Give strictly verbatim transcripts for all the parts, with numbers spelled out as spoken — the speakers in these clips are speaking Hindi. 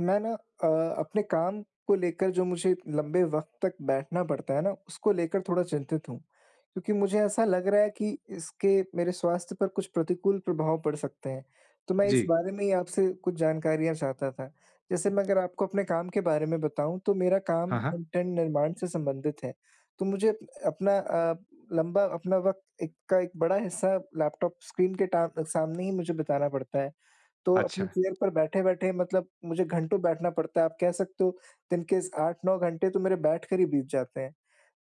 मैं ना अ, अपने काम को लेकर जो मुझे लंबे वक्त तक बैठना पड़ता है ना, उसको लेकर थोड़ा चिंतित हूँ। क्योंकि मुझे ऐसा लग रहा है कि इसके मेरे स्वास्थ्य पर कुछ प्रतिकूल प्रभाव पड़ सकते हैं। तो मैं इस जी। बारे में ही आपसे कुछ जानकारियाँ चाहता था। जैसे मैं अगर आपको अपने काम के बारे में बताऊँ तो मेरा काम हाँ, हाँ। कंटेंट निर्माण से संबंधित है। तो मुझे अपना अ, लंबा अपना वक्त एक का एक बड़ा हिस्सा लैपटॉप स्क्रीन के टा सामने ही मुझे बिताना पड़ता है। तो अपनी अच्छा। चेयर पर बैठे-बैठे मतलब मुझे घंटों बैठना पड़ता है। आप कह सकते हो, दिन के इस आठ नौ घंटे तो मेरे बैठ कर ही बीत जाते हैं।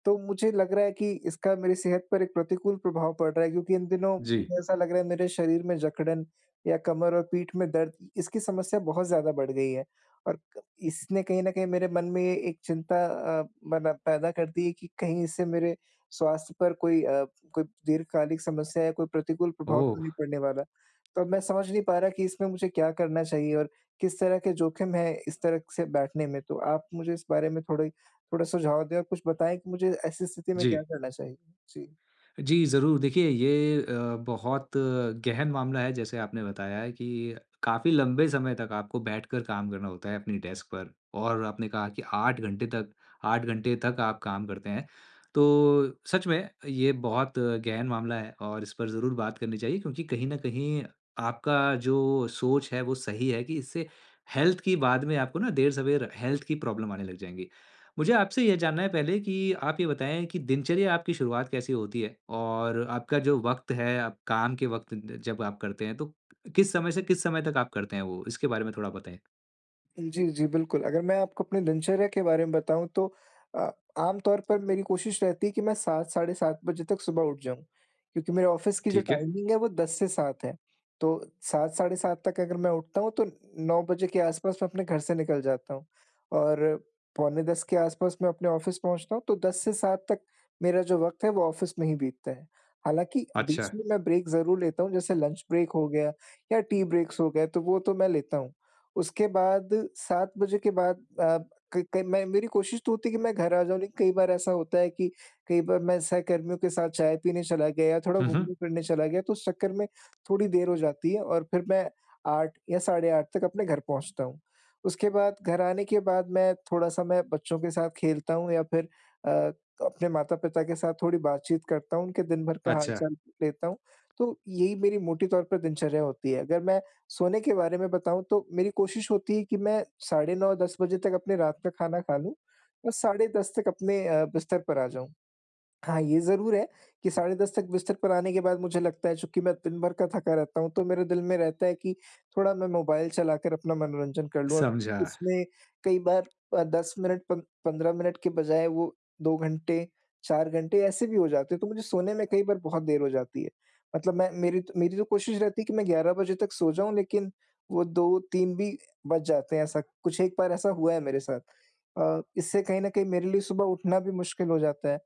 तो मुझे लग रहा है कि इसका मेरी सेहत पर एक प्रतिकूल प्रभाव पड़ रहा है, क्योंकि इन दिनों जी। मुझे ऐसा लग रहा है, मेरे शरीर में जकड़न या कमर और पीठ में दर्द, इसकी समस्या बहुत ज़्यादा बढ़ गई है। और क इसने कहीं न कहीं मेरे मन में ये एक चिंता अ, बना पैदा कर दी है कि कहीं इससे मेरे स्वास्थ्य पर कोई अ, कोई दीर्घकालिक समस्या या कोई प्रतिकूल प्रभाव ओह! तो नहीं पड़ने वाला। तो अब मैं समझ नहीं पा रहा कि इसमें मुझे क्या करना चाहिए और किस तरह के जोखिम है इस तरह से बैठने में? तो आप मुझे इस बारे में थोड़ी थोड़ा सुझाव दें और कुछ बताएँ कि मुझे ऐसी स्थिति में जी। क्या करना चाहिए? जी। जी, ज़रूर। देखिए ये अ, बहुत गहन मामला है जैसे आपने बताया है कि काफ़ी लंबे समय तक आपको बैठकर काम करना होता है अपनी डेस्क पर और आपने कहा कि आठ घंटे तक आठ घंटे तक आप काम करते हैं। तो सच में ये बहुत गहन मामला है और इस पर ज़रूर बात करनी चाहिए क्योंकि कहीं न कहीं आपका जो सोच है वो सही है कि इससे हेल्थ की बाद में आपको ना देर-सवेर हेल्थ की प्रॉब्लम आने लग जाएँगी। मुझे आपसे ये जानना है पहले कि आप ये बताएँ कि दिनचर्या आपकी शुरुआत कैसे होती है? और आपका जो वक़्त है, आप काम के वक़्त ज जब आप करते हैं, तो किस समय से किस समय तक आप करते हैं वो? इसके बारे में थोड़ा बताएँ। जी, जी, बिल्कुल। अगर मैं आपको अपनी दिनचर्या के बारे में बताऊँ तो अ, आम तौर पर मेरी कोशिश रहती है कि मैं सात साढ़े सात बजे तक सुबह उठ जाऊँ, क्योंकि मेरे ऑफ़िस की जो ठीक है। टाइमिंग है वो दस से सात है। तो सात साढ़े सात तक अगर मैं उठता हूँ तो नौ बजे के आस-पास मैं अपने घर से निकल जाता हूँ और पौने दस के आस-पास मैं अपने ऑफ़िस पहुँचता हूँ, तो दस से सात तक मेरा जो वक़्त है वो ऑफ़िस में ही बीतता है। हालाँकि अच्छा। बीच में मैं ब्रेक ज़रूर लेता हूँ, जैसे लंच ब्रेक हो गया या टी ब्रेक्स हो गए, तो वो तो मैं लेता हूँ। उसके बाद, सात बजे के बाद, अ, क क मैं मेरी कोशिश तो होती है कि मैं घर आ जाऊँ, लेकिन कई बार ऐसा होता है कि कई बार मैं सहकर्मियों के साथ चाय पीने चला गया या थोड़ा हुँ, हुँ। घूमने-फिरने चला गया, तो उस चक्कर में थोड़ी देर हो जाती है और फिर मैं आठ या साढ़े आठ तक अपने घर पहुँचता हूँ। उसके बाद घर आने के बाद मैं थोड़ा-सा मैं बच्चों के साथ खेलता हूँ या फिर अ, अपने माता-पिता के साथ थोड़ी बातचीत करता हूँ, उनके दिन भर का अच्छा, हाल-चाल लेता हूँ। तो यही मेरी मोटे तौर पर दिनचर्या होती है। अगर मैं सोने के बारे में बताऊँ, तो मेरी कोशिश होती है कि मैं साढ़े नौ दस बजे तक अपने रात का खाना खा लूँ और साढ़े दस तक अपने अ, बिस्तर पर आ जाऊँ। हाँ, ये ज़रूर है कि साढ़े दस तक बिस्तर पर आने के बाद मुझे लगता है, चूँकि मैं दिन भर का थका रहता हूँ, तो मेरे दिल में रहता है कि थोड़ा मैं मोबाइल चलाकर अपना मनोरंजन कर लूँ, और समझा। उसमें कई बार अ, दस मिनट पन पंद्रह मिनट के बजाय वो दो घंटे, चार घंटे ऐसे भी हो जाते हैं, तो मुझे सोने में कई बार बहुत देर हो जाती है। मतलब मैं मेरी तो मेरी तो कोशिश रहती है कि मैं ग्यारह बजे तक सो जाऊँ, लेकिन वो दो तीन भी बज जाते हैं, ऐसा कुछ एक बार ऐसा हुआ है मेरे साथ। अ, इससे कहीं न कहीं मेरे लिए सुबह उठना भी मुश्किल हो जाता है।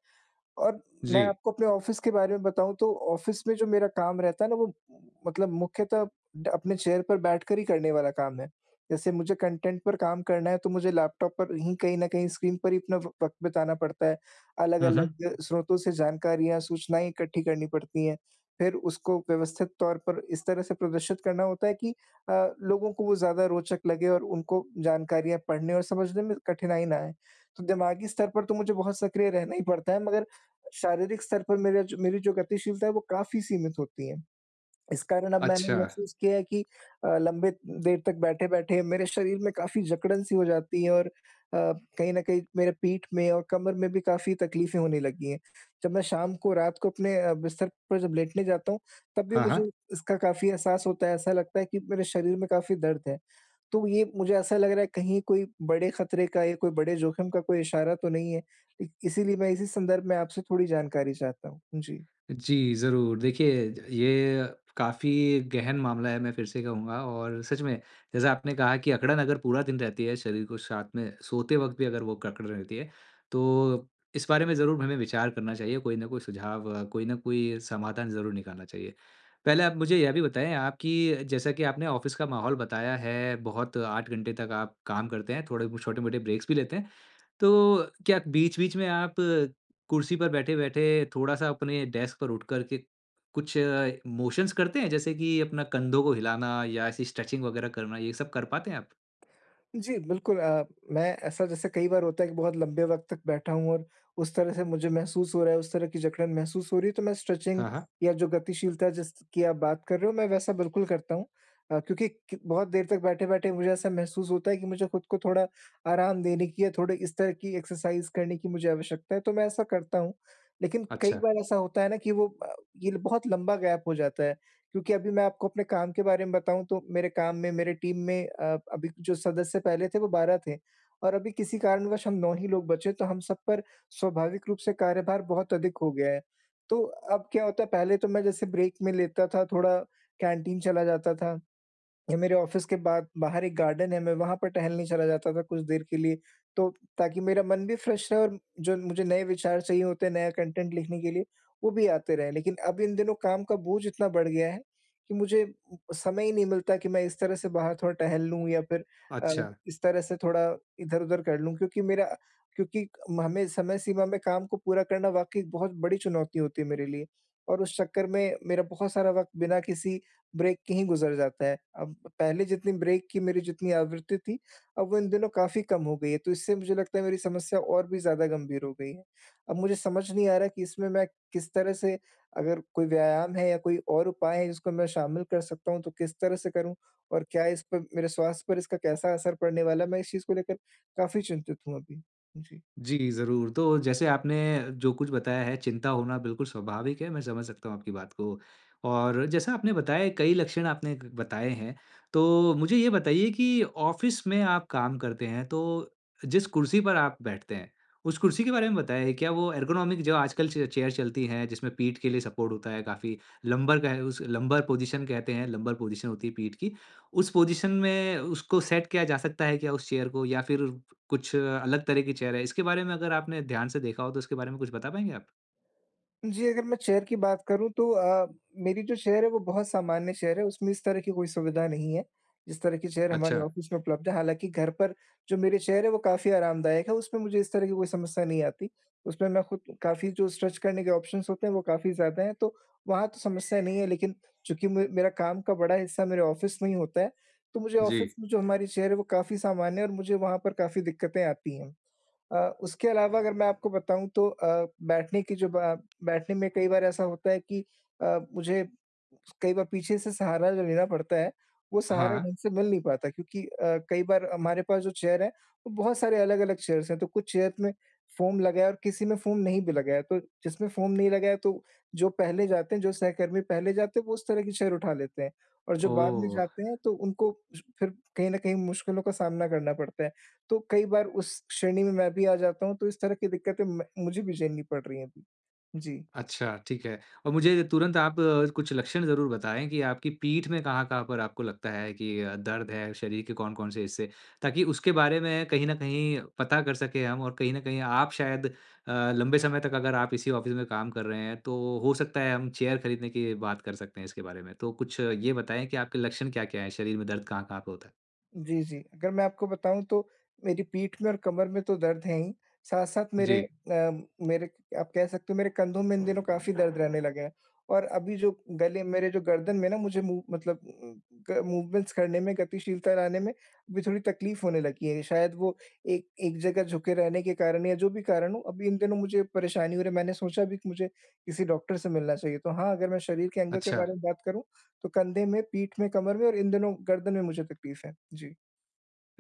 और मैं जी। आपको अपने ऑफ़िस के बारे में बताऊँ, तो ऑफ़िस में जो मेरा काम रहता है ना, वो मतलब मुख्यतः ड अपने चेयर पर बैठकर ही करने वाला काम है। जैसे मुझे कंटेंट पर काम करना है, तो मुझे लैपटॉप पर ही कहीं न कहीं स्क्रीन पर ही अपना व वक़्त बिताना पड़ता है। हुँ, हुँ। अलग-अलग स्रोतों से जानकारियाँ, सूचनाएँ इकट्ठी करनी पड़ती हैं। फिर उसको व्यवस्थित तौर पर इस तरह से प्रदर्शित करना होता है कि अ, लोगों को वो ज़्यादा रोचक लगे और उनको जानकारियाँ पढ़ने और समझने में कठिनाई ना आए। तो दिमागी स्तर पर तो मुझे बहुत सक्रिय रहना ही पड़ता है, मगर शारीरिक स्तर पर मेरा जो मेरी जो गतिशीलता है वो काफ़ी सीमित होती है। इस कारण अब मैंने अच्छा। महसूस किया है कि अ, लंबे देर तक बैठे-बैठे मेरे शरीर में काफ़ी जकड़न सी हो जाती है और अ, कहीं न कहीं मेरे पीठ में और कमर में भी काफ़ी तकलीफ़ें होने लगी हैं। जब मैं शाम को, रात को अपने अ, बिस्तर पर जब लेटने जाता हूँ, तब भी हाँ, हाँ। मुझे इसका काफ़ी एहसास होता है, ऐसा लगता है कि मेरे शरीर में काफ़ी दर्द है। तो ये मुझे ऐसा लग रहा है, कहीं कोई बड़े खतरे का या कोई बड़े जोखिम का कोई इशारा तो नहीं है। इ इसीलिए मैं इसी संदर्भ में आपसे थोड़ी जानकारी चाहता हूँ। जी। जी, ज़रूर। देखिए, ये काफ़ी गहन मामला है, मैं फिर से कहूँगा और सच में, जैसा आपने कहा कि अकड़न अगर पूरा दिन रहती है शरीर को साथ में सोते वक़्त भी अगर वो अकड़ रहती है, तो इस बारे में ज़रूर हमें विचार करना चाहिए, कोई ना कोई सुझाव, अ, कोई ना कोई समाधान ज़रूर निकालना चाहिए। पहले आप मुझे यह भी बताएँ आप कि जैसा कि आपने ऑफ़िस का माहौल बताया है, बहुत आठ घंटे तक आप काम करते हैं, थोड़े छोटे-मोटे ब्रेक्स भी लेते हैं, तो क्या बीच-बीच में आप अ, कुर्सी पर बैठे-बैठे थोड़ा-सा अपने डेस्क पर उठ कर के कुछ मोशंस करते हैं? जैसे कि अपना कंधों को हिलाना या ऐसी स्ट्रेचिंग वगैरह करना, ये सब कर पाते हैं आप? जी, बिल्कुल। अ, मैं ऐसा, जैसे कई बार होता है कि बहुत लंबे वक़्त तक बैठा हूँ और उस तरह से मुझे महसूस हो रहा है, उस तरह की जकड़न महसूस हो रही है, तो मैं स्ट्रेचिंग हाँ, हाँ। या जो गतिशीलता जिस की आप बात कर रहे हो, मैं वैसा बिल्कुल करता हूँ। अ, क्योंकि क बहुत देर तक बैठे-बैठे मुझे ऐसा महसूस होता है कि मुझे खुद को थोड़ा आराम देने की या थोड़े इस तरह की एक्सरसाइज़ करने की मुझे आवश्यकता है, तो मैं ऐसा करता हूँ। लेकिन कई अच्छा, बार ऐसा होता है ना कि वो अ, ये बहुत लंबा गैप हो जाता है। क्योंकि अभी मैं आपको अपने काम के बारे में बताऊँ, तो मेरे काम में, मेरे टीम में, अ, अभी जो सदस्य पहले थे वो बारह थे और अभी किसी कारणवश हम नौ ही लोग बचे, तो हम सब पर स्वाभाविक रूप से कार्यभार बहुत अधिक हो गया है। तो अब क्या होता है, पहले तो मैं जैसे ब्रेक में लेता था, थोड़ा कैंटीन चला जाता था। ये मेरे ऑफिस के बाद बाहर एक गार्डन है, मैं वहाँ पर टहलने चला जाता था कुछ देर के लिए, तो ताकि मेरा मन भी फ्रेश रहे और जो मुझे नए विचार चाहिए होते हैं, नया कंटेंट लिखने के लिए, वो भी आते रहें। लेकिन अब इन दिनों काम का बोझ इतना बढ़ गया है कि मुझे समय ही नहीं मिलता कि मैं इस तरह से बाहर थोड़ा टहल लूँ, या फिर अ, अच्छा। इस तरह से थोड़ा इधर-उधर कर लूँ, क्योंकि मेरा क्योंकि हमें समय सीमा में काम को पूरा करना वाक़ई बहुत बड़ी चुनौती होती है मेरे लिए, और उस चक्कर में मेरा बहुत सारा वक़्त बिना किसी ब्रेक के ही गुज़र जाता है। अब पहले जितनी ब्रेक की मेरी जितनी आवृत्ति थी, अब वो इन दिनों काफ़ी कम हो गई है, तो इससे मुझे लगता है मेरी समस्या और भी ज़्यादा गंभीर हो गई है। अब मुझे समझ नहीं आ रहा कि इसमें मैं किस तरह से, अगर कोई व्यायाम है या कोई और उपाय है जिसको मैं शामिल कर सकता हूँ, तो किस तरह से करूँ? और क्या इस पर, मेरे स्वास्थ्य पर इसका कैसा असर पड़ने वाला है? मैं इस चीज़ को लेकर काफ़ी चिंतित हूँ अभी। जी। जी, ज़रूर। तो जैसे आपने जो कुछ बताया है, चिंता होना बिल्कुल स्वाभाविक है, मैं समझ सकता हूँ आपकी बात को। और जैसा आपने बताया कई लक्षण आपने ग बताए हैं, तो मुझे ये बताइए कि ऑफ़िस में आप काम करते हैं, तो जिस कुर्सी पर आप बैठते हैं, उस कुर्सी के बारे में बताइए, क्या वो एर्गोनॉमिक जो आजकल चे चेयर चलती हैं, जिसमें पीठ के लिए सपोर्ट होता है काफ़ी, लंबर का है उस लंबर पोज़ीशन कहते हैं, लंबर पोज़ीशन होती है पीठ की। उस पोज़ीशन में उसको सेट किया जा सकता है क्या उस चेयर को या फिर कुछ अलग तरह की चेयर है? इसके बारे में अगर आपने ध्यान से देखा हो तो इसके बारे में कुछ बता पाएँगे आप? जी, अगर मैं चेयर की बात करूँ तो अ, मेरी जो चेयर है वो बहुत सामान्य चेयर है, उसमें इस तरह की कोई सुविधा नहीं है, जिस तरह की चेयर हमारे अच्छा, ऑफ़िस में उपलब्ध है। हालाँकि घर पर जो मेरी चेयर है वो काफ़ी आरामदायक है, उसमें मुझे इस तरह की कोई समस्या नहीं आती। उसमें मैं खुद काफ़ी, जो स्ट्रेच करने के ऑप्शंस होते हैं वो काफ़ी ज़्यादा हैं, तो वहाँ तो समस्या नहीं है। लेकिन चूँकि मे मेरा काम का बड़ा हिस्सा मेरे ऑफ़िस में ही होता है, तो मुझे जी। ऑफ़िस में जो हमारी चेयर है वो काफ़ी सामान्य है और मुझे वहाँ पर काफ़ी दिक्कतें आती हैं। अ, उसके अलावा अगर मैं आपको बताऊँ, तो अ, बैठने की जो बा बैठने में कई बार ऐसा होता है कि अ, मुझे कई बार पीछे से सहारा जो लेना पड़ता है, वो सहारा हाँ, ढंग से मिल नहीं पाता, क्योंकि अ, कई बार हमारे पास जो चेयर है, वो बहुत सारे अलग-अलग चेयर्स हैं, तो कुछ चेयर में फ़ोम लगा है और किसी में फ़ोम नहीं भी लगा है, तो जिसमें फ़ोम नहीं लगा है, तो जो पहले जाते हैं, जो सहकर्मी पहले जाते हैं, वो उस तरह की चेयर उठा लेते हैं, और जो बाद में ओह! जाते हैं तो उनको फिर कहीं न कहीं मुश्किलों का सामना करना पड़ता है। तो कई बार उस श्रेणी में मैं भी आ जाता हूँ, तो इस तरह की दिक्कतें मैं मुझे भी झेलनी पड़ रही हैं अभी। जी। अच्छा, ठीक है। और मुझे तुरंत आप अ, कुछ लक्षण ज़रूर बताएँ कि आपकी पीठ में कहाँ-कहाँ पर आपको लगता है कि अ, दर्द है, शरीर के कौन-कौन से हिस्से, ताकि उसके बारे में कहीं न कहीं पता कर सकें हम और कहीं न कहीं आप शायद अ, लंबे समय तक अगर आप इसी ऑफ़िस में काम कर रहे हैं, तो हो सकता है हम चेयर खरीदने की बात कर सकते हैं इसके बारे में। तो कुछ ये बताएँ कि आपके लक्षण क्या-क्या हैं? शरीर में दर्द कहाँ-कहाँ पे होता है? जी, जी। अगर मैं आपको बताऊँ तो मेरी पीठ में और कमर में तो दर्द है ही, साथ-साथ मेरे जी, अ, मेरे आप कह सकते हो मेरे कंधों में इन दिनों काफ़ी दर्द रहने लगा है। और अभी जो गले मेरे जो गर्दन में ना, मुझे मूव मतलब ग मूवमेंट्स करने में, गतिशीलता लाने में अभी थोड़ी तकलीफ़ होने लगी है। शायद वो एक एक जगह झुके रहने के कारण या जो भी कारण हो, अभी इन दिनों मुझे परेशानी हो रही है। मैंने सोचा भी कि मुझे किसी डॉक्टर से मिलना चाहिए। तो हाँ, अगर मैं शरीर के अंगों के अच्छा। बारे में बात करूँ, तो कंधे में, पीठ में, कमर में और इन दिनों गर्दन में मुझे तकलीफ़ है। जी।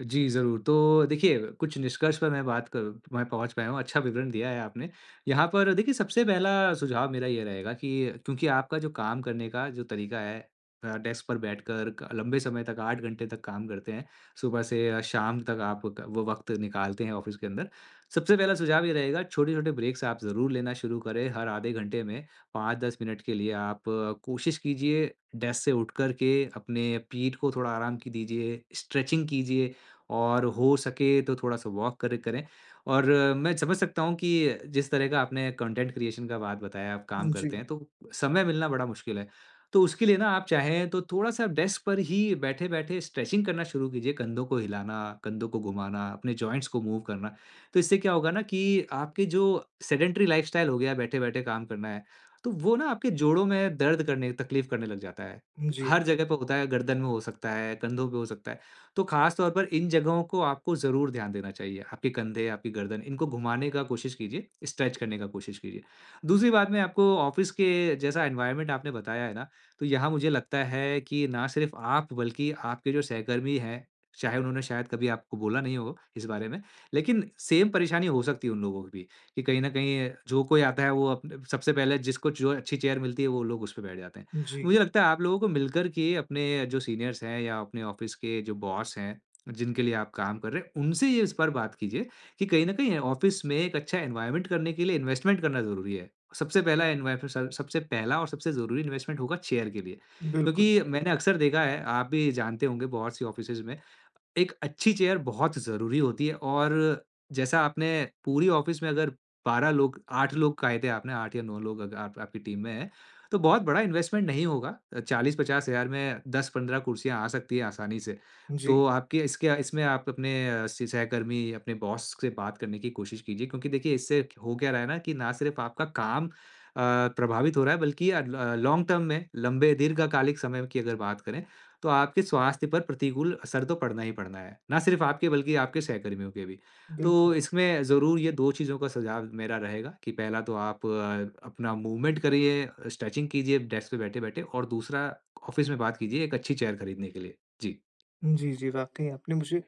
जी, ज़रूर। तो देखिए, कुछ निष्कर्ष पर मैं बात करूँ मैं पहुँच पाया हूँ, अच्छा विवरण दिया है आपने। यहाँ पर देखिए, सबसे पहला सुझाव मेरा ये रहेगा कि क्योंकि आपका जो काम करने का जो तरीका है अ, डेस्क पर बैठकर क लंबे समय तक आठ घंटे तक काम करते हैं, सुबह से अ, शाम तक आप क वो वक़्त निकालते हैं ऑफ़िस के अंदर। सबसे पहला सुझाव ये रहेगा, छोटे-छोटे ब्रेक्स आप ज़रूर लेना शुरू करें। हर आधे घंटे में पाँच से दस मिनट के लिए आप अ, कोशिश कीजिए डेस्क से उठ कर के अपने पीठ को थोड़ा आराम की दीजिए, स्ट्रेचिंग कीजिए और हो सके तो थोड़ा-सा वॉक करे करें। और अ, मैं समझ सकता हूँ कि जिस तरह का आपने कंटेंट क्रिएशन का बात बताया, आप काम जी, करते हैं, तो समय मिलना बड़ा मुश्किल है। तो उसके लिए ना आप चाहें तो थोड़ा-सा डेस्क पर ही बैठे-बैठे स्ट्रेचिंग करना शुरू कीजिए, कंधों को हिलाना, कंधों को घुमाना, अपने जॉइंट्स को मूव करना। तो इससे क्या होगा ना कि आपके जो सेडेंटरी लाइफ़स्टाइल हो गया, बैठे-बैठे काम करना है, तो वो ना आपके जोड़ों में दर्द करने तकलीफ़ करने लग जाता है। जी, हर जगह पे होता है, गर्दन में हो सकता है, कंधों पे हो सकता है। तो ख़ास तौर पर इन जगहों को आपको ज़रूर ध्यान देना चाहिए। आपके कंधे, आपकी गर्दन इनको घुमाने का कोशिश कीजिए, स्ट्रेच करने का कोशिश कीजिए। दूसरी बात मैं आपको ऑफ़िस के जैसा एनवायरनमेंट आपने बताया है ना, तो यहाँ मुझे लगता है कि ना सिर्फ़ आप बल्कि आपके जो सहकर्मी हैं, चाहे उन्होंने शायद कभी आपको बोला नहीं हो इस बारे में, लेकिन सेम परेशानी हो सकती है उन लोगों की भी कि कहीं न कहीं जो कोई आता है वो अपने सबसे पहले जिसको जो अच्छी चेयर मिलती है वो लोग उस पे बैठ जाते हैं। जी, मुझे लगता है आप लोगों को मिलकर के अपने जो सीनियर्स हैं या अपने ऑफिस के जो बॉस हैं, जिनके लिए आप काम कर रहे हैं, उनसे ये इस पर बात कीजिए कि कहीं न कहीं ऑफिस में एक अच्छा एनवायरनमेंट करने के लिए इन्वेस्टमेंट करना ज़रूरी है। सबसे पहला एनवायर स सबसे पहला और सबसे ज़रूरी इन्वेस्टमेंट होगा चेयर के लिए। बिल्कुल, क्योंकि मैंने अक्सर देखा है, आप भी जानते होंगे बहुत सी ऑफिसेज़ में एक अच्छी चेयर बहुत ज़रूरी होती है और जैसा आपने पूरी ऑफ़िस में अगर 12 लोग 8 लोग कहे थे आपने आठ या नौ लोग अग आप आपकी टीम में हैं, तो बहुत बड़ा इन्वेस्टमेंट नहीं होगा। अ, चालीस पचास हज़ार में दस पंद्रह कुर्सियाँ आ सकती हैं आसानी से। जी, तो आपके इसके इसमें आप अपने स सहकर्मी, अपने बॉस से बात करने की कोशिश कीजिए क्योंकि देखिए इससे हो क्या रहा है ना कि ना सिर्फ़ आपका काम अ, प्रभावित हो रहा है बल्कि अ, ल लॉन्ग टर्म में लंबे दीर्घकालिक समय की अगर बात करें तो आपके स्वास्थ्य पर प्रतिकूल असर तो पड़ना ही पड़ना है, ना सिर्फ़ आपके बल्कि आपके सहकर्मियों के भी। बिल्कुल। तो इसमें ज़रूर ये दो चीज़ों का सुझाव मेरा रहेगा कि पहला तो आप अ, अपना मूवमेंट करिए, स्ट्रेचिंग कीजिए डेस्क पे बैठे-बैठे और दूसरा ऑफ़िस में बात कीजिए एक अच्छी चेयर खरीदने के लिए। जी। जी, जी, वाक़ई आपने मुझे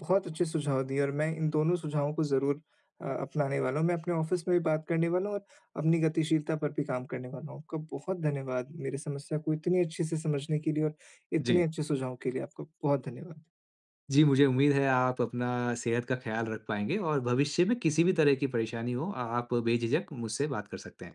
बहुत अच्छे सुझाव दिए और मैं इन दोनों सुझावों को ज़रूर अ, अपनाने वाला हूँ। मैं अपने ऑफ़िस में भी बात करने वाला हूँ और अपनी गतिशीलता पर भी काम करने वाला हूँ। आपका बहुत धन्यवाद, मेरी समस्या को इतनी अच्छे से समझने के लिए और इतने जी। अच्छे सुझाव के लिए आपका बहुत धन्यवाद। जी, मुझे उम्मीद है आप अपना सेहत का ख़्याल रख पाएँगे और भविष्य में किसी भी तरह की परेशानी हो, आप बेझिझक मुझसे बात कर सकते हैं।